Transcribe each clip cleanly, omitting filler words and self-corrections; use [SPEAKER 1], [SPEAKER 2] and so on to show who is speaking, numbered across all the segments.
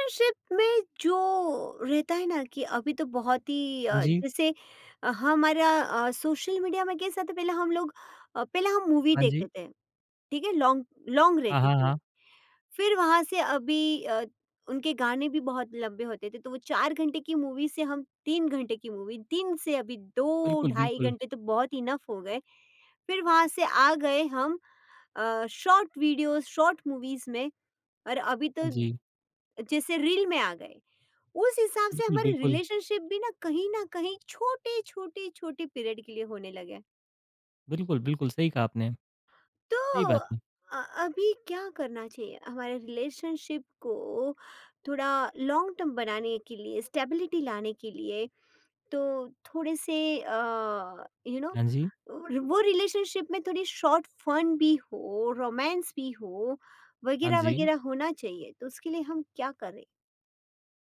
[SPEAKER 1] Partnership में जो रहता है ना कि अभी तो बहुत ही
[SPEAKER 2] हाँ जी,
[SPEAKER 1] जैसे हमारा सोशल मीडिया में कैसा था पहले हम लोग। पहले हम मूवी
[SPEAKER 2] हाँ जी।
[SPEAKER 1] देखते थे। ठीक है, लॉन्ग लॉन्ग
[SPEAKER 2] हाँ,
[SPEAKER 1] रहती
[SPEAKER 2] हाँ,
[SPEAKER 1] थी।
[SPEAKER 2] हाँ।
[SPEAKER 1] फिर वहां से अभी उनके गाने भी बहुत लंबे होते थे, तो वो 4 घंटे की मूवी से हम 3 घंटे की मूवी, 3 से अभी 2
[SPEAKER 2] बिल्कुल,
[SPEAKER 1] ढाई
[SPEAKER 2] बिल्कुल।
[SPEAKER 1] घंटे तो बहुत इनफ हो गए। फिर वहां से आ गए हम शॉर्ट वीडियोस शॉर्ट मूवीज में, और अभी
[SPEAKER 2] हाँ
[SPEAKER 1] तो
[SPEAKER 2] जी।
[SPEAKER 1] जैसे रील में आ गए। उस हिसाब से
[SPEAKER 2] बिल्कुल,
[SPEAKER 1] हमारे
[SPEAKER 2] बिल्कुल।
[SPEAKER 1] रिलेशनशिप भी ना कहीं छोटे छोटे छोटे पीरियड के लिए होने लगे।
[SPEAKER 2] बिल्कुल, बिल्कुल सही कहा आपने।
[SPEAKER 1] तो
[SPEAKER 2] सही बात है।
[SPEAKER 1] अभी क्या करना चाहिए हमारे रिलेशनशिप को, थोड़ा लॉन्ग टर्म बनाने के लिए, स्टेबिलिटी लाने के लिए? तो थोड़े से, यू नो,
[SPEAKER 2] हाँ जी,
[SPEAKER 1] वो रिलेशनशिप में थोड़ी शॉर्ट फन भी हो, रोमांस भी हो,
[SPEAKER 2] हाँ
[SPEAKER 1] वगैरह
[SPEAKER 2] जी।
[SPEAKER 1] वगैरह होना चाहिए। तो उसके लिए हम क्या करें?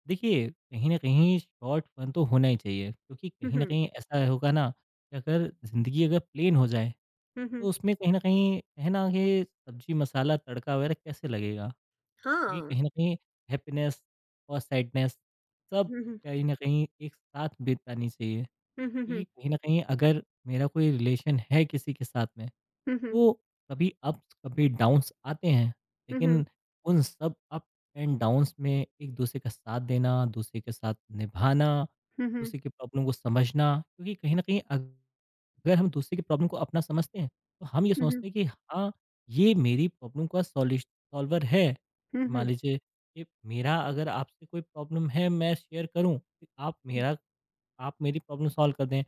[SPEAKER 2] देखिए, कहीं न कहीं शॉर्ट फन तो होना ही चाहिए क्योंकि कहीं न
[SPEAKER 1] हम्म।
[SPEAKER 2] कहीं ऐसा होगा ना कि अगर ज़िंदगी अगर प्लेन हो जाए
[SPEAKER 1] हम्म।
[SPEAKER 2] तो उसमें कहीं न कहीं है ना कि सब्ज़ी, मसाला, तड़का वगैरह कैसे लगेगा? क्योंकि
[SPEAKER 1] हाँ।
[SPEAKER 2] कहीं न कहीं हैप्पीनेस और सैडनेस सब
[SPEAKER 1] हम्म।
[SPEAKER 2] कहीं न कहीं एक साथ बितानी चाहिए।
[SPEAKER 1] Hmm. Hmm.
[SPEAKER 2] क्योंकि कहीं न कहीं अगर मेरा कोई रिलेशन है किसी के साथ में
[SPEAKER 1] Hmm.
[SPEAKER 2] तो कभी अप्स कभी डाउन्स आते हैं,
[SPEAKER 1] Hmm.
[SPEAKER 2] लेकिन उन सब अप एंड डाउन्स में एक दूसरे का साथ देना, दूसरे के साथ निभाना,
[SPEAKER 1] Hmm. Hmm.
[SPEAKER 2] दूसरे की प्रॉब्लम को समझना। क्योंकि कहीं ना कहीं अगर हम दूसरे की प्रॉब्लम को अपना समझते हैं तो हम ये
[SPEAKER 1] Hmm.
[SPEAKER 2] सोचते हैं कि हाँ, ये मेरी प्रॉब्लम का सॉल्यूश सॉल्वर है। मान
[SPEAKER 1] Hmm.
[SPEAKER 2] लीजिए कि मेरा अगर आपसे कोई प्रॉब्लम है, मैं शेयर करूँ, आप
[SPEAKER 1] Hmm.
[SPEAKER 2] मेरा आप मेरी प्रॉब्लम सॉल्व कर दें,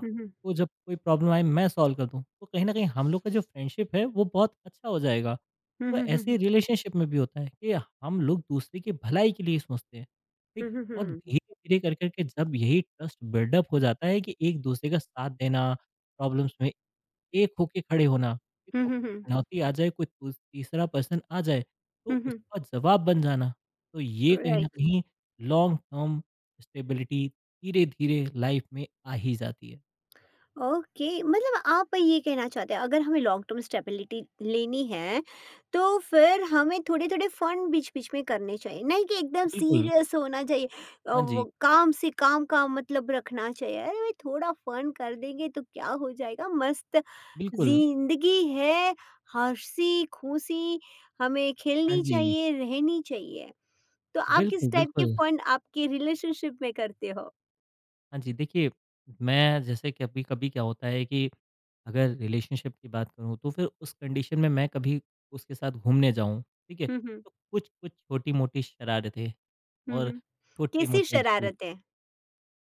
[SPEAKER 1] Hmm.
[SPEAKER 2] जब कोई प्रॉब्लम आए मैं सॉल्व कर दूँ, तो कहीं न कहीं हम लोग का जो फ्रेंडशिप है वो बहुत अच्छा हो जाएगा। तो ऐसे
[SPEAKER 1] Hmm.
[SPEAKER 2] ही रिलेशनशिप में भी होता है कि हम लोग दूसरे की भलाई के लिए सोचते हैं, ठीक? और
[SPEAKER 1] Hmm.
[SPEAKER 2] धीरे-धीरे कर के जब यही ट्रस्ट बिल्डअप हो जाता है कि एक-दूसरे का साथ देना, प्रॉब्लम्स में एक होके खड़े होना, एक औ
[SPEAKER 1] Hmm.
[SPEAKER 2] चुनौती आ जाए, कोई तुस तीसरा पर्सन आ जाए, तो
[SPEAKER 1] Hmm.
[SPEAKER 2] उसका जवाब बन जाना। तो ये कहीं न
[SPEAKER 1] Right.
[SPEAKER 2] कहीं लॉन्ग टर्म स्टेबिलिटी धीरे-धीरे लाइफ में आ ही जाती है।
[SPEAKER 1] ओके, मतलब आप ये कहना चाहते हैं अगर हमें लॉन्ग टर्म स्टेबिलिटी लेनी है, तो फिर हमें थोड़े थोड़े फन बीच बीच में करने चाहिए, नहीं कि एकदम
[SPEAKER 2] बिल्कुल,
[SPEAKER 1] सीरियस होना चाहिए।
[SPEAKER 2] हाँ जी,
[SPEAKER 1] वो काम से काम का मतलब रखना चाहिए। अरे भाई, थोड़ा फन कर देंगे तो क्या हो जाएगा, मस्त
[SPEAKER 2] बिल्कुल,
[SPEAKER 1] जिंदगी है, हंसी खुशी हमें
[SPEAKER 2] हाँ
[SPEAKER 1] खेलनी
[SPEAKER 2] जी,
[SPEAKER 1] चाहिए, रहनी चाहिए। तो आप किस
[SPEAKER 2] बिल्कुल,
[SPEAKER 1] टाइप के
[SPEAKER 2] बिल्कुल।
[SPEAKER 1] फन आपके रिलेशनशिप में करते हो?
[SPEAKER 2] हाँ जी, देखिए, मैं जैसे कभी-कभी क्या होता है कि अगर रिलेशनशिप की बात करूँ तो फिर उस कंडीशन में मैं कभी उसके साथ घूमने जाऊँ, ठीक है?
[SPEAKER 1] हम्म।
[SPEAKER 2] तो कुछ-कुछ छोटी-मोटी शरारतें
[SPEAKER 1] हम्म
[SPEAKER 2] और
[SPEAKER 1] हम्म। कैसी
[SPEAKER 2] छोटे-मोटे झूठ।
[SPEAKER 1] शरारतें?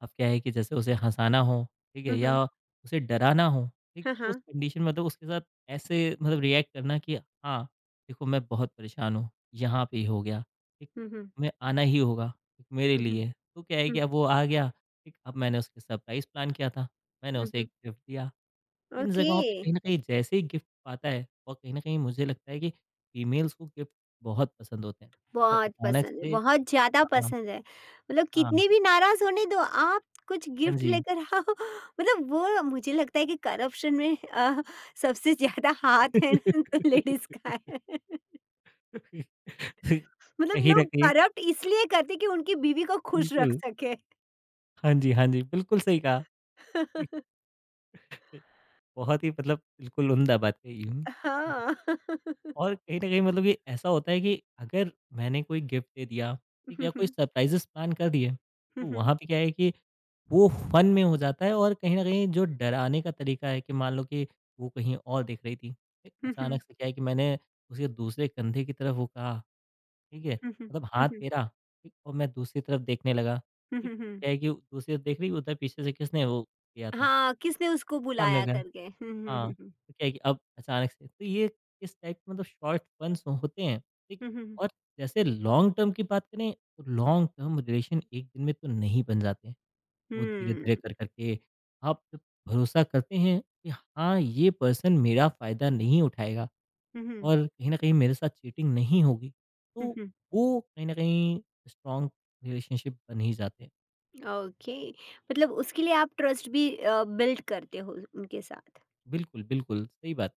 [SPEAKER 2] अब क्या है कि जैसे उसे हँसाना हो, ठीक है?
[SPEAKER 1] हम्म।
[SPEAKER 2] या उसे डराना हो, ठीक?
[SPEAKER 1] हाँ,
[SPEAKER 2] उस
[SPEAKER 1] हाँ।
[SPEAKER 2] कंडीशन में मतलब उसके साथ ऐसे मतलब रिएक्ट करना कि हाँ, देखो मैं बहुत परेशान हूँ, यहाँ पे ही हो गया, ठीक?
[SPEAKER 1] हुँ, हुँ।
[SPEAKER 2] तुम्हें आना ही होगा, ठीक? मेरे
[SPEAKER 1] हुँ, हुँ।
[SPEAKER 2] लिए। तो क्या है कि
[SPEAKER 1] हुँ,
[SPEAKER 2] अब वो आ गया, ठीक? अब मैंने उसके सरप्राइज़ प्लान किया था, मैंने
[SPEAKER 1] हुँ,
[SPEAKER 2] उसे एक
[SPEAKER 1] हुँ।
[SPEAKER 2] गिफ्ट दिया। इन
[SPEAKER 1] ओके।
[SPEAKER 2] जगहों पे कहीं न कहीं जैसे ही गिफ्ट पाता है और कहीं न कहीं मुझे लगता है कि फीमेल्स को गिफ्ट बहुत पसंद होते हैं। अगर
[SPEAKER 1] बहुत
[SPEAKER 2] अचानक
[SPEAKER 1] पसंद है,
[SPEAKER 2] से
[SPEAKER 1] बहुत ज़्यादा
[SPEAKER 2] हाँ,
[SPEAKER 1] पसंद है। मतलब
[SPEAKER 2] हाँ।
[SPEAKER 1] कितने भी नाराज़ होने दो, आप कुछ
[SPEAKER 2] हाँ
[SPEAKER 1] गिफ्ट
[SPEAKER 2] जी।
[SPEAKER 1] लेकर आओ। मतलब वो मुझे लगता है कि करप्शन में सबसे ज़्यादा हाथ है ना, लेडीज़ का है। मतलब
[SPEAKER 2] कहीं न
[SPEAKER 1] लोग
[SPEAKER 2] कहीं
[SPEAKER 1] करप्ट इसलिए करते हैं कि उनकी बीवी को खुश रख
[SPEAKER 2] बिल्कुल।
[SPEAKER 1] सके।
[SPEAKER 2] हाँ जी, हाँ जी, बिल्कुल सही कहा। बहुत ही मतलब बिल्कुल उम्दा बात कही हुँ। ठीक है,
[SPEAKER 1] हाँ।
[SPEAKER 2] और कहीं न कहीं मतलब ये ऐसा होता है कि अगर मैंने कोई गिफ्ट दे दिया, ठीक है,
[SPEAKER 1] हुँ,
[SPEAKER 2] या कोई
[SPEAKER 1] हुँ।
[SPEAKER 2] सरप्राइज़ेज़ प्लान कर दिए, तो
[SPEAKER 1] हुँ, हुँ।
[SPEAKER 2] वहाँ पे क्या है कि वो फ़न में हो जाता है। और कहीं न कहीं जो डराने का तरीका है कि मान लो कि वो कहीं और देख रही थी, फिर
[SPEAKER 1] हुँ, हुँ।
[SPEAKER 2] अचानक से क्या है कि मैंने उसके दूसरे कंधे की तरफ वो कहा, ठीक है?
[SPEAKER 1] हुँ, हुँ।
[SPEAKER 2] मतलब
[SPEAKER 1] हुँ,
[SPEAKER 2] हाथ
[SPEAKER 1] हुँ।
[SPEAKER 2] मेरा, ठीक, और मैं दूसरी तरफ देखने लगा,
[SPEAKER 1] हुँ,
[SPEAKER 2] ठीक,
[SPEAKER 1] हुँ, हुँ।
[SPEAKER 2] क्या है कि दूसरी तरफ देख रही उधर पीछे से किसने वो किया था,
[SPEAKER 1] हाँ, किसने उसको
[SPEAKER 2] सामने
[SPEAKER 1] बुलाया
[SPEAKER 2] वाले
[SPEAKER 1] करके। हुँ, हुँ,
[SPEAKER 2] हाँ,
[SPEAKER 1] हुँ, हुँ।
[SPEAKER 2] तो क्या है कि अब अचानक से तो ये इस टाइप के मतलब शॉर्ट फन्स होते हैं, ठीक?
[SPEAKER 1] हुँ, हुँ, हुँ।
[SPEAKER 2] और जैसे लॉन्ग टर्म की बात करें, तो लॉन्ग टर्म रिलेशन एक दिन में तो नहीं बन जाते, वो धीरे-धीरे
[SPEAKER 1] हुँ।
[SPEAKER 2] कर कर के आप जब भरोसा करते हैं कि हाँ, ये पर्सन मेरा फ़ायदा नहीं उठाएगा,
[SPEAKER 1] हुँ, हुँ।
[SPEAKER 2] और कहीं न कहीं मेरे साथ चीटिंग नहीं होगी,
[SPEAKER 1] हुँ,
[SPEAKER 2] तो
[SPEAKER 1] हुँ।
[SPEAKER 2] वो कहीं न कहीं स्ट्रॉन्ग रिलेशनशिप बन ही जाते हैं।
[SPEAKER 1] ओके, मतलब उसके लिए आप ट्रस्ट भी बिल्ड करते हो उनके साथ।
[SPEAKER 2] बिल्कुल, बिल्कुल, सही बात।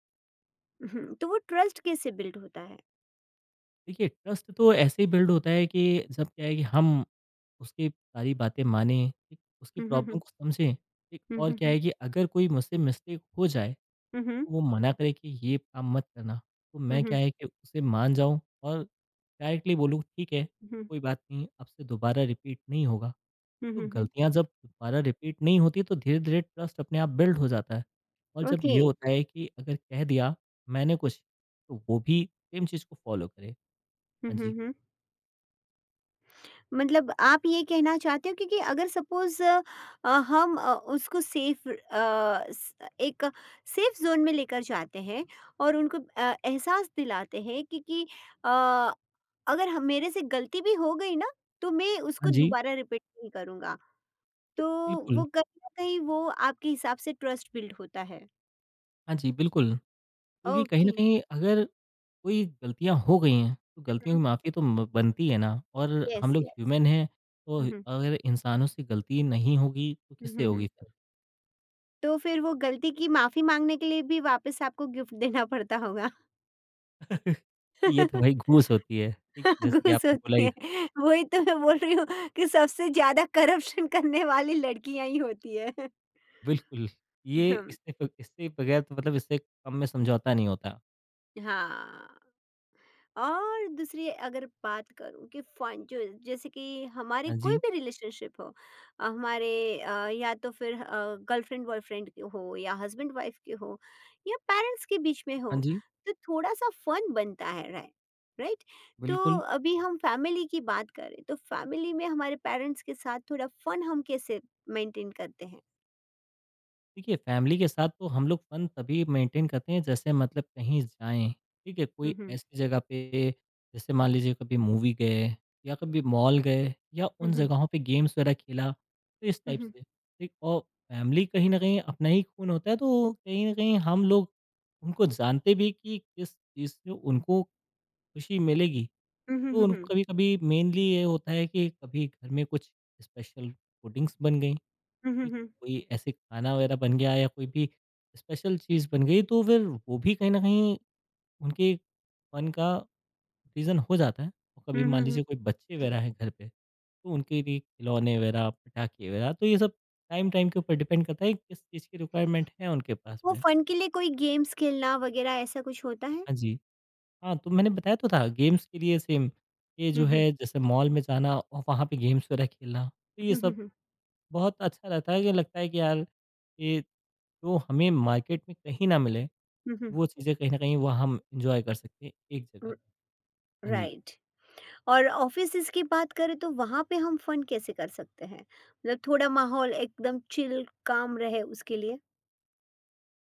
[SPEAKER 1] हुँ, तो वो ट्रस्ट कैसे बिल्ड होता है?
[SPEAKER 2] देखिए, ट्रस्ट तो ऐसे ही बिल्ड होता है कि जब क्या है कि हम उसकी सारी बातें मानें, ठीक, उसकी
[SPEAKER 1] हुँ, हुँ,
[SPEAKER 2] प्रॉब्लम
[SPEAKER 1] हुँ।
[SPEAKER 2] को समझें, ठीक,
[SPEAKER 1] हुँ,
[SPEAKER 2] और
[SPEAKER 1] हुँ,
[SPEAKER 2] क्या
[SPEAKER 1] हुँ।
[SPEAKER 2] है कि अगर कोई मुझसे मिस्टेक हो जाए,
[SPEAKER 1] हुँ, हुँ।
[SPEAKER 2] तो वो मना करे कि ये काम मत करना, तो
[SPEAKER 1] हुँ,
[SPEAKER 2] मैं क्या
[SPEAKER 1] हुँ।
[SPEAKER 2] है कि उसे मान जाऊँ और डायरेक्टली बोलूँ ठीक है, कोई बात नहीं अब से दोबारा रिपीट नहीं होगा।
[SPEAKER 1] हुँ,
[SPEAKER 2] तो
[SPEAKER 1] हुँ, हुँ।
[SPEAKER 2] गलतियाँ जब दोबारा रिपीट नहीं होती तो धीरे-धीरे ट्रस्ट अपने आप बिल्ड हो जाता है। और जब
[SPEAKER 1] ओके।
[SPEAKER 2] ये होता है कि अगर कह दिया मैंने कुछ, तो वो भी सेम चीज़ को फ़ॉलो करे।
[SPEAKER 1] हुँ,
[SPEAKER 2] हाँ
[SPEAKER 1] हुँ,
[SPEAKER 2] जी,
[SPEAKER 1] हुँ। मतलब आप ये कहना चाहते हो, क्योंकि अगर सपोज हम उसको सेफ, एक सेफ जोन में लेकर जाते हैं, और उनको एहसास दिलाते हैं, क्योंकि अ, अगर हम मेरे से गलती भी हो गई ना, तो मैं
[SPEAKER 2] हाँ
[SPEAKER 1] उसको
[SPEAKER 2] जी,
[SPEAKER 1] दोबारा रिपीट नहीं करूँगा। तो
[SPEAKER 2] बिल्कुल।
[SPEAKER 1] वो कहीं न कहीं, वो आपके हिसाब से ट्रस्ट बिल्ड होता है।
[SPEAKER 2] हाँ जी, बिल्कुल। क्योंकि कहीं न
[SPEAKER 1] ओके।
[SPEAKER 2] कहीं अगर कोई गलतियाँ हो गई हैं, तो गलतियों
[SPEAKER 1] हुँ,
[SPEAKER 2] की माफ़ी तो म बनती है ना। और हम
[SPEAKER 1] यस,
[SPEAKER 2] लोग
[SPEAKER 1] यस।
[SPEAKER 2] ह्यूमन हैं, तो
[SPEAKER 1] हुँ, हुँ।
[SPEAKER 2] अगर इंसानों से गलती नहीं होगी, तो
[SPEAKER 1] हुँ,
[SPEAKER 2] किससे
[SPEAKER 1] हुँ,
[SPEAKER 2] होगी
[SPEAKER 1] हुँ।
[SPEAKER 2] फिर?
[SPEAKER 1] तो फिर वो गलती की माफ़ी माँगने के लिए भी वापस आपको गिफ्ट देना पड़ता होगा।
[SPEAKER 2] ये तो भाई घूस होती है, ठीक? जैसे कि
[SPEAKER 1] घूस
[SPEAKER 2] आपने
[SPEAKER 1] होती
[SPEAKER 2] बोला
[SPEAKER 1] है। वही तो मैं बोल रही हूँ, कि सबसे ज़्यादा करप्शन करने वाली लड़कियाँ ही होती है।
[SPEAKER 2] बिल्कुल, ये
[SPEAKER 1] हम्म,
[SPEAKER 2] इससे बगैर तो मतलब इससे कम में समझौता नहीं होता।
[SPEAKER 1] हाँ। और दूसरी अगर बात करूं कि फन, जो जैसे कि हमारे
[SPEAKER 2] हाँ
[SPEAKER 1] कोई
[SPEAKER 2] जी,
[SPEAKER 1] भी रिलेशनशिप हो, अ, हमारे या तो फिर गर्लफ्रेंड बॉयफ्रेंड के हो, या हस्बैंड वाइफ के हो, या पेरेंट्स के बीच में
[SPEAKER 2] हाँ
[SPEAKER 1] हो,
[SPEAKER 2] जी,
[SPEAKER 1] तो थोड़ा सा फन बनता है, राय राइट। तो
[SPEAKER 2] बिल्कुल।
[SPEAKER 1] अभी हम फैमिली की बात करें, तो फैमिली में हमारे पेरेंट्स के साथ थोड़ा फन हम कैसे मेंटेन करते हैं?
[SPEAKER 2] देखिए, फैमिली के साथ तो हम लोग फन तभी मेंटेन करते हैं जैसे मतलब कहीं जाएँ, ठीक है? कोई
[SPEAKER 1] हम्म
[SPEAKER 2] ऐसी जगह पे जैसे मान लीजिए कभी मूवी गए या कभी मॉल गए या उन
[SPEAKER 1] हम्म।
[SPEAKER 2] जगहों पे गेम्स वगैरह खेला, तो इस टाइप
[SPEAKER 1] हम्म
[SPEAKER 2] से, ठीक? और फैमिली कहीं न कहीं अपना ही खून होता है तो कहीं न कहीं हम लोग उनको जानते भी कि किस चीज़ से उनको खुशी मिलेगी।
[SPEAKER 1] हम्म।
[SPEAKER 2] तो
[SPEAKER 1] हम्म।
[SPEAKER 2] उनको कभी-कभी मेनली ये होता है कि कभी घर में कुछ स्पेशल पुडिंग्स बन गई,
[SPEAKER 1] हम्म।
[SPEAKER 2] ठीक? कोई ऐसे खाना वगैरह बन गया या कोई भी स्पेशल चीज़ बन गई, तो फिर वो भी कहीं न कहीं उनके मन का रीज़न हो जाता है। और कभी
[SPEAKER 1] हम्म।
[SPEAKER 2] मान
[SPEAKER 1] हम्म।
[SPEAKER 2] लीजिए कोई बच्चे वगैरह हैं घर पे, तो उनके लिए खिलौने वगैरह, पटाखे वगैरह, तो ये सब टाइम-टाइम के ऊपर डिपेंड करता है कि किस चीज़ की रिक्वायरमेंट है उनके पास
[SPEAKER 1] वो
[SPEAKER 2] में।
[SPEAKER 1] फन के लिए कोई गेम्स खेलना वगैरह ऐसा कुछ होता है?
[SPEAKER 2] हाँ जी। हाँ, तो मैंने बताया तो था गेम्स के लिए सेम ये जो
[SPEAKER 1] हुँ, हुँ।
[SPEAKER 2] है जैसे मॉल में जाना और वहाँ पे गेम्स वगैरह खेलना, तो ये
[SPEAKER 1] हुँ, हुँ,
[SPEAKER 2] सब
[SPEAKER 1] हुँ।
[SPEAKER 2] बहुत अच्छा रहता है कि लगता है कि यार ये जो हमें मार्केट में कहीं ना मिले,
[SPEAKER 1] हुँ, हुँ।
[SPEAKER 2] वो चीज़ें कहीं ना कहीं वह हम इंजॉय कर सकते हैं एक जगह
[SPEAKER 1] र
[SPEAKER 2] पे। हाँ जी।
[SPEAKER 1] राइट। और ऑफ़िसेज़ की बात करें, तो वहाँ पे हम फ़न कैसे कर सकते हैं? मतलब थोड़ा माहौल एकदम चिल काम रहे उसके लिए?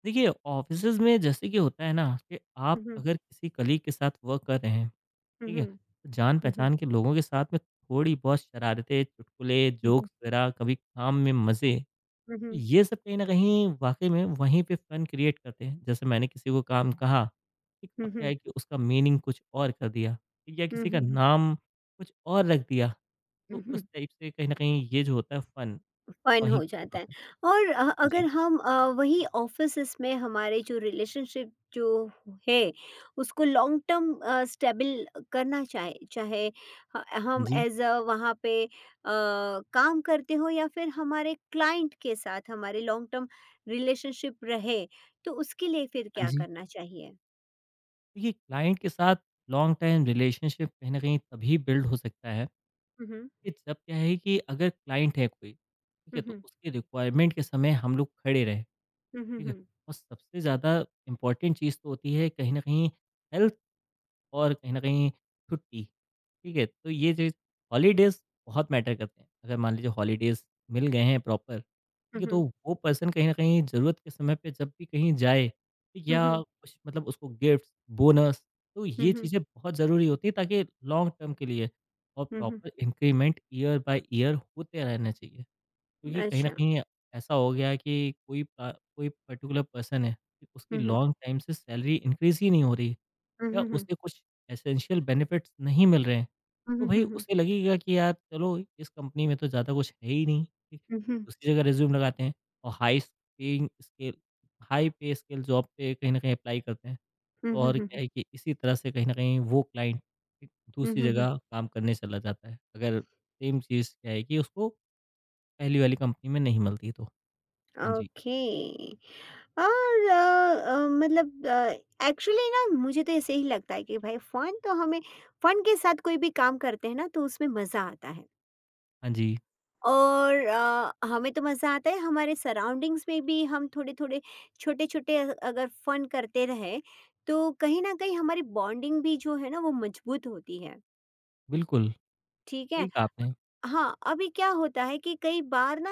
[SPEAKER 2] देखिए, ऑफिसेज में जैसे कि होता है ना कि
[SPEAKER 1] हुँ,
[SPEAKER 2] आप
[SPEAKER 1] हुँ।
[SPEAKER 2] अगर किसी कलीग के साथ वर्क कर रहे हैं
[SPEAKER 1] हुँ,
[SPEAKER 2] ठीक है,
[SPEAKER 1] हुँ।
[SPEAKER 2] तो जान
[SPEAKER 1] हुँ, हुँ।
[SPEAKER 2] पहचान के लोगों के साथ में थोड़ी बहुत शरारतें, चुटकुले,
[SPEAKER 1] हुँ, हुँ।
[SPEAKER 2] जोक्स वगैरह, कभी काम में मज़े
[SPEAKER 1] हुँ, हुँ।
[SPEAKER 2] ये सब कहीं न कहीं वाक़ई में वहीं पे फन क्रिएट करते हैं। जैसे मैंने किसी को काम कहा, ठीक, अब
[SPEAKER 1] हुँ,
[SPEAKER 2] क्या है
[SPEAKER 1] हुँ।
[SPEAKER 2] कि उसका मीनिंग कुछ और कर दिया ठीक, या
[SPEAKER 1] हुँ,
[SPEAKER 2] किसी का
[SPEAKER 1] हुँ, हुँ।
[SPEAKER 2] नाम कुछ और रख दिया।
[SPEAKER 1] हुँ,
[SPEAKER 2] तो उस
[SPEAKER 1] हुँ।
[SPEAKER 2] टाइप से कहीं न कहीं ये जो होता है फन
[SPEAKER 1] फन
[SPEAKER 2] वहीं
[SPEAKER 1] हो
[SPEAKER 2] क्रिएट
[SPEAKER 1] जाता है।
[SPEAKER 2] होता है।
[SPEAKER 1] और अगर
[SPEAKER 2] जी।
[SPEAKER 1] हम वही ऑफिसेस में हमारे जो रिलेशनशिप जो है, उसको लॉन्ग टर्म स्टेबल करना चाहे चाहे
[SPEAKER 2] हाँ
[SPEAKER 1] हम
[SPEAKER 2] जी,
[SPEAKER 1] एज अ वहाँ पे काम करते हो, या फिर हमारे क्लाइंट के साथ हमारे लॉन्ग टर्म रिलेशनशिप रहे, तो उसके लिए फिर
[SPEAKER 2] हाँ
[SPEAKER 1] क्या
[SPEAKER 2] जी।
[SPEAKER 1] करना चाहिए?
[SPEAKER 2] देखिए, क्लाइंट के साथ लॉन्ग टाइम रिलेशनशिप कहीं न कहीं तभी बिल्ड हो सकता है
[SPEAKER 1] हम्म।
[SPEAKER 2] कि जब क्या है कि अगर क्लाइंट है कोई, ठीक है, तो
[SPEAKER 1] हम्म
[SPEAKER 2] उसकी रिक्वायरमेंट के समय हम लोग खड़े रहें।
[SPEAKER 1] हम्म।
[SPEAKER 2] ठीक है?
[SPEAKER 1] हम्म।
[SPEAKER 2] और सबसे ज़्यादा इम्पोर्टेंट चीज़ तो होती है कहीं न कहीं हेल्थ और कहीं न कहीं छुट्टी, ठीक है? तो ये चीज़ हॉलीडेज़ बहुत मैटर करते हैं। अगर मान लीजिए हॉलीडेज़ मिल गए हैं प्रॉपर, ठीक है?
[SPEAKER 1] हम्म
[SPEAKER 2] तो वो पर्सन कहीं न कहीं ज़रूरत के समय पे जब भी कहीं जाए ठीक, या
[SPEAKER 1] हम्म।
[SPEAKER 2] कुछ मतलब उसको गिफ्ट्स, बोनस, तो ये
[SPEAKER 1] हम्म
[SPEAKER 2] चीज़ें बहुत ज़रूरी होती है ताकि लॉन्ग टर्म के लिए और
[SPEAKER 1] हम्म
[SPEAKER 2] proper increment year by year होते रहना चाहिए। क्योंकि कहीं न
[SPEAKER 1] अच्छा।
[SPEAKER 2] कहीं ऐसा हो गया है कि कोई कोई पर्टिकुलर पर्सन है, कि उसकी
[SPEAKER 1] हम्म।
[SPEAKER 2] लॉन्ग टाइम से सैलरी इंक्रीज़ ही नहीं हो रही या
[SPEAKER 1] हम्म।
[SPEAKER 2] उसे कुछ एसेंशियल बेनिफिट्स नहीं मिल रहे हैं। तो भई
[SPEAKER 1] हम्म।
[SPEAKER 2] उसे लगेगा कि यार चलो इस कंपनी में तो ज़्यादा कुछ है ही नहीं, ठीक?
[SPEAKER 1] हम्म।
[SPEAKER 2] दूसरी जगह रिज़्यूम लगाते हैं और हाई पे स्केल जॉब पे कहीं न कहीं अप्लाई करते हैं। तो और क्या
[SPEAKER 1] हम्म।
[SPEAKER 2] है कि इसी तरह से कहीं न कहीं वो क्लाइंट एक दूसरी
[SPEAKER 1] हम्म।
[SPEAKER 2] जगह काम करने चला जाता है। अगर सेम चीज़ क्या है कि उसको पहली वाली कंपनी में नहीं मिलती तो। हाँ जी,
[SPEAKER 1] ओके। और मतलब एक्चुअली ना मुझे तो ऐसे ही लगता है कि भाई फन तो हमें, फन के साथ कोई भी काम करते हैं ना तो उसमें मज़ा आता है।
[SPEAKER 2] हाँ जी,
[SPEAKER 1] और हमें तो मज़ा आता है, हमारे सराउंडिंग्स में भी हम थोड़े थोड़े छोटे छोटे अगर फन करते रहे, तो कहीं ना कहीं हमारी बॉन्डिंग भी जो है ना, वो मजबूत होती है।
[SPEAKER 2] बिल्कुल,
[SPEAKER 1] ठीक
[SPEAKER 2] सही
[SPEAKER 1] है।
[SPEAKER 2] कहा आपने।
[SPEAKER 1] हाँ, अभी क्या होता है कि कई बार ना,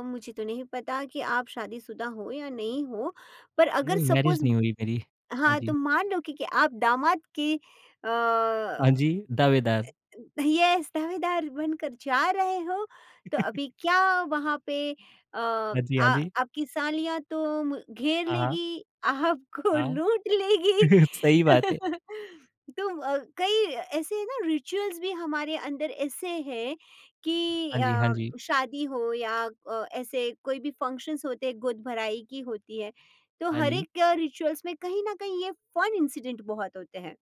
[SPEAKER 1] मुझे तो नहीं पता कि आप शादीशुदा हो या नहीं हो, पर अगर
[SPEAKER 2] नहीं, मैरिज
[SPEAKER 1] सपोज।
[SPEAKER 2] नहीं हुई मेरी। हाँ
[SPEAKER 1] हाँ, तो
[SPEAKER 2] जी,
[SPEAKER 1] मान लो कि आप दामाद की, अ,
[SPEAKER 2] हाँ जी, दावेदार।
[SPEAKER 1] यस, दावेदार बनकर जा रहे हो, तो अभी क्या वहाँ पे अ,
[SPEAKER 2] हाँ जी, हाँ
[SPEAKER 1] आ
[SPEAKER 2] जी,
[SPEAKER 1] आपकी सालियाँ तो म घेर
[SPEAKER 2] हाँ, हाँ,
[SPEAKER 1] लेगी, आपको
[SPEAKER 2] हाँ।
[SPEAKER 1] लूट लेगी।
[SPEAKER 2] सही बात है।
[SPEAKER 1] तो कई ऐसे ना रिचुअल्स भी हमारे अंदर ऐसे हैं कि
[SPEAKER 2] हाँ जी, हाँ
[SPEAKER 1] अ,
[SPEAKER 2] जी,
[SPEAKER 1] शादी हो या ऐसे कोई भी फंक्शंस होते हैं, गोद भराई की होती है, तो
[SPEAKER 2] हाँ
[SPEAKER 1] हर
[SPEAKER 2] जी,
[SPEAKER 1] एक रिचुअल्स में कहीं ना कहीं ये फन इंसिडेंट बहुत होते हैं।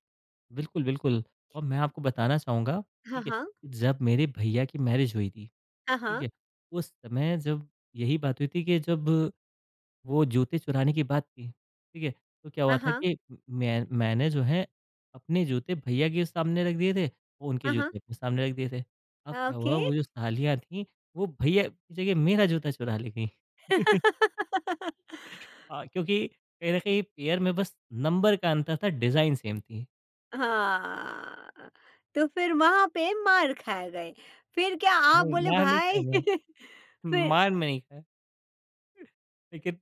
[SPEAKER 2] बिल्कुल, बिल्कुल, और मैं आपको बताना चाहूँगा,
[SPEAKER 1] हाँ
[SPEAKER 2] ठीक है,
[SPEAKER 1] हाँ।
[SPEAKER 2] जब मेरे भैया की मैरिज हुई थी,
[SPEAKER 1] हाँ
[SPEAKER 2] ठीक
[SPEAKER 1] हाँ।
[SPEAKER 2] है, उस समय जब यही बात हुई थी कि जब वो जूते चुराने की बात की, ठीक है? तो क्या हुआ
[SPEAKER 1] हाँ
[SPEAKER 2] था
[SPEAKER 1] हाँ।
[SPEAKER 2] कि मैंने जो है अपने जूते भैया के सामने रख दिए थे, वो उनके
[SPEAKER 1] हाँ हाँ।
[SPEAKER 2] जूते अपने सामने रख दिए थे। अब क्या हुआ
[SPEAKER 1] ओके।
[SPEAKER 2] वो जो सालियाँ थीं, वो भैया की जगह मेरा जूता चुरा ले गईं। अ, क्योंकि कहीं न कहीं पेयर में बस नंबर का अंतर था, डिज़ाइन सेम थी।
[SPEAKER 1] हाँ। तो फिर वहां पे मार खाए गए, फिर क्या आप
[SPEAKER 2] नहीं,
[SPEAKER 1] बोले
[SPEAKER 2] मार नहीं खाया
[SPEAKER 1] भाई?
[SPEAKER 2] मैं,
[SPEAKER 1] फिर।
[SPEAKER 2] मार मैंने नहीं खाया। लेकिन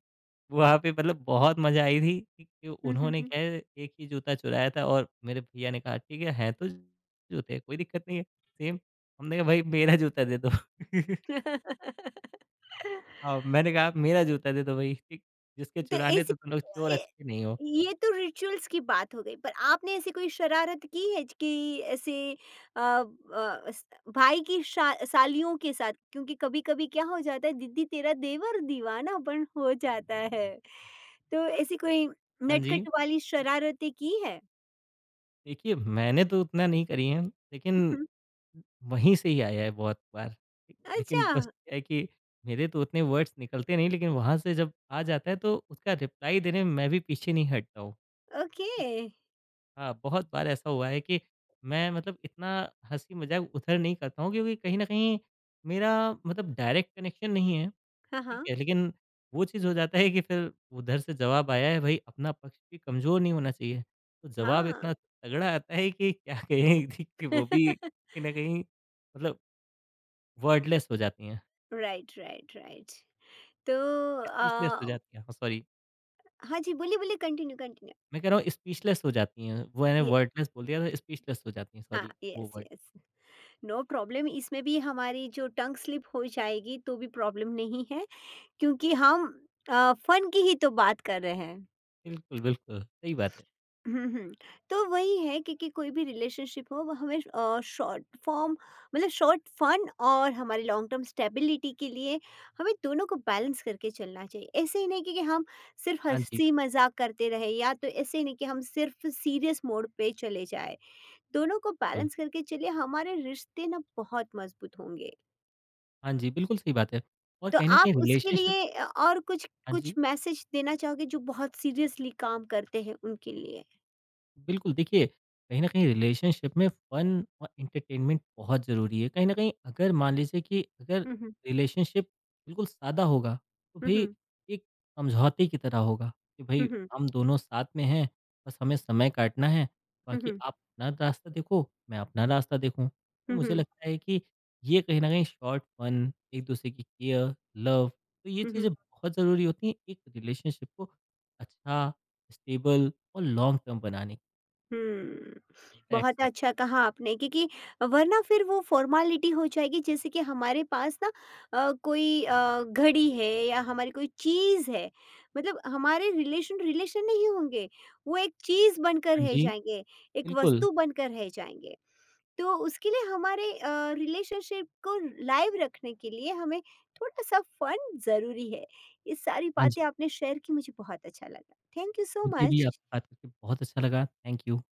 [SPEAKER 2] वहाँ पे मतलब बहुत मज़ा आई थी कि उन्होंने क्या है एक ही जूता चुराया था और मेरे भैया ने कहा ठीक है, हैं तो जूते कोई दिक्कत नहीं है सेम। हमने कहा भाई मेरा जूता दे दो। हाँ, मैंने कहा मेरा जूता दे दो भाई ठीक, जिसके
[SPEAKER 1] तो
[SPEAKER 2] चुराने
[SPEAKER 1] ऐसी
[SPEAKER 2] तो तुम लोग चोर
[SPEAKER 1] ए
[SPEAKER 2] अच्छे नहीं हो।
[SPEAKER 1] ये तो रिचुअल्स की बात हो गई, पर आपने ऐसी कोई शरारत की है कि ऐसे अ, अ, स- सालियों के साथ, क्योंकि कभी कभी क्या हो जाता है, दीदी तेरा देवर दीवाना पण हो जाता है, तो ऐसी कोई
[SPEAKER 2] हाँ जी,
[SPEAKER 1] नटखट वाली शरारतें की है?
[SPEAKER 2] देखिए, मैंने तो उतना नहीं करी है लेकिन
[SPEAKER 1] हम्म।
[SPEAKER 2] वहीं से ही आया है बहुत बार। ठीक, लेकिन
[SPEAKER 1] अच्छा।
[SPEAKER 2] बस क्या है कि मेरे तो उतने वर्ड्स निकलते नहीं लेकिन वहाँ से जब आ जाता है तो उसका रिप्लाई देने में मैं भी पीछे नहीं हटता हूँ।
[SPEAKER 1] ओके।
[SPEAKER 2] हाँ, बहुत बार ऐसा हुआ है कि मैं मतलब इतना हँसी-मज़ाक उधर नहीं करता हूँ क्योंकि कहीं न कहीं मेरा मतलब डायरेक्ट कनेक्शन नहीं है,
[SPEAKER 1] हाँ
[SPEAKER 2] ठीक
[SPEAKER 1] हाँ।
[SPEAKER 2] है? लेकिन वो चीज़ हो जाता है कि फिर उधर से जवाब आया है भई अपना पक्ष भी कमज़ोर नहीं होना चाहिए। तो जवाब
[SPEAKER 1] हाँ।
[SPEAKER 2] इतना तगड़ा आता है कि क्या कहें थी कि वो भी कहीं न कहीं मतलब वर्डलेस हो जाती हैं,
[SPEAKER 1] राइट राइट राइट। तो
[SPEAKER 2] स्पीचलेस हो
[SPEAKER 1] अ,
[SPEAKER 2] जाती हैं। हाँ, सॉरी,
[SPEAKER 1] हाँ जी, बोलिए बोलिए, कंटिन्यू कंटिन्यू।
[SPEAKER 2] मैं कह रहा हूँ स्पीचलेस हो जाती हैं। वो मैंने वर्डलेस बोल दिया था, स्पीचलेस हो जाती हैं,
[SPEAKER 1] हाँ,
[SPEAKER 2] सॉरी वो
[SPEAKER 1] yes
[SPEAKER 2] word.
[SPEAKER 1] Yes. No problem, इसमें भी हमारी जो टंग स्लिप हो जाएगी तो भी प्रॉब्लम नहीं है, क्योंकि हम फ़न की ही तो बात कर रहे हैं।
[SPEAKER 2] बिल्कुल, बिल्कुल, सही बात है।
[SPEAKER 1] हुँ, हुँ। तो वही है कि कोई भी रिलेशनशिप हो, वो हमें अ, शॉर्ट फ़ॉर्म मतलब शॉर्ट फ़न और हमारी लॉन्ग टर्म स्टेबिलिटी के लिए, हमें दोनों को बैलेंस करके चलना चाहिए। ऐसे ही नहीं कि हम सिर्फ़
[SPEAKER 2] हाँ जी।
[SPEAKER 1] हँसी-मज़ाक करते रहें, या तो ऐसे ही नहीं कि हम सिर्फ़ सीरियस मोड पे चले जाएँ। दोनों को
[SPEAKER 2] बिल्कुल।
[SPEAKER 1] बैलेंस करके चलिए, हमारे रिश्ते ना बहुत मजबूत होंगे।
[SPEAKER 2] हाँ जी, बिल्कुल सही बात है। और
[SPEAKER 1] तो
[SPEAKER 2] कहीं न कहीं
[SPEAKER 1] आप उसके
[SPEAKER 2] रिलेशनशिप
[SPEAKER 1] लिए और कुछ
[SPEAKER 2] हाँ
[SPEAKER 1] कुछ
[SPEAKER 2] जी।
[SPEAKER 1] मैसेज देना चाहोगे जो बहुत सीरियसली काम करते हैं, उनके लिए?
[SPEAKER 2] बिल्कुल, देखिए, कहीं न कहीं रिलेशनशिप में फ़न और एंटरटेनमेंट बहुत ज़रूरी है। कहीं न कहीं अगर मान लीजिए कि अगर
[SPEAKER 1] हुँ, हुँ।
[SPEAKER 2] रिलेशनशिप बिल्कुल सादा होगा, तो
[SPEAKER 1] हुँ,
[SPEAKER 2] भई
[SPEAKER 1] हुँ।
[SPEAKER 2] एक समझौते की तरह होगा कि
[SPEAKER 1] हुँ,
[SPEAKER 2] भई
[SPEAKER 1] हुँ।
[SPEAKER 2] हम दोनों साथ में हैं, बस हमें समय काटना है,
[SPEAKER 1] हुँ,
[SPEAKER 2] बाकी
[SPEAKER 1] हुँ।
[SPEAKER 2] आप अपना रास्ता देखो, मैं अपना रास्ता देखूँ। तो
[SPEAKER 1] हुँ,
[SPEAKER 2] मुझे
[SPEAKER 1] हुँ।
[SPEAKER 2] लगता है कि ये कहीं न कहीं शॉर्ट फ़न, एक-दूसरे की केयर, लव, तो ये
[SPEAKER 1] हुँ, हुँ।
[SPEAKER 2] चीज़ें बहुत ज़रूरी होती हैं एक रिलेशनशिप को अच्छा, स्टेबल और लॉन्ग टर्म बनाने।
[SPEAKER 1] हुँ।
[SPEAKER 2] दैट्स
[SPEAKER 1] बहुत
[SPEAKER 2] ऑल।
[SPEAKER 1] अच्छा कहा आपने, क्योंकि वरना फिर वो फ़ॉर्मेलिटी हो जाएगी, जैसे कि हमारे पास ना कोई घड़ी है या हमारी कोई चीज़ है। मतलब हमारे रिलेशन रिलेशन नहीं होंगे, वो एक चीज़ बनकर
[SPEAKER 2] हाँ
[SPEAKER 1] रह
[SPEAKER 2] जी,
[SPEAKER 1] जाएँगे, एक
[SPEAKER 2] बिल्कुल।
[SPEAKER 1] वस्तु बनकर रह जाएँगे। तो उसके लिए हमारे रिलेशनशिप को लाइव रखने के लिए, हमें थोड़ा-सा फ़न ज़रूरी है। ये सारी
[SPEAKER 2] हाँ जी,
[SPEAKER 1] बातें आपने शेयर की, मुझे बहुत अच्छा लगा। थैंक यू सो
[SPEAKER 2] मुझे भी
[SPEAKER 1] मच।
[SPEAKER 2] आपसे बात करके बहुत अच्छा लगा। Thank you.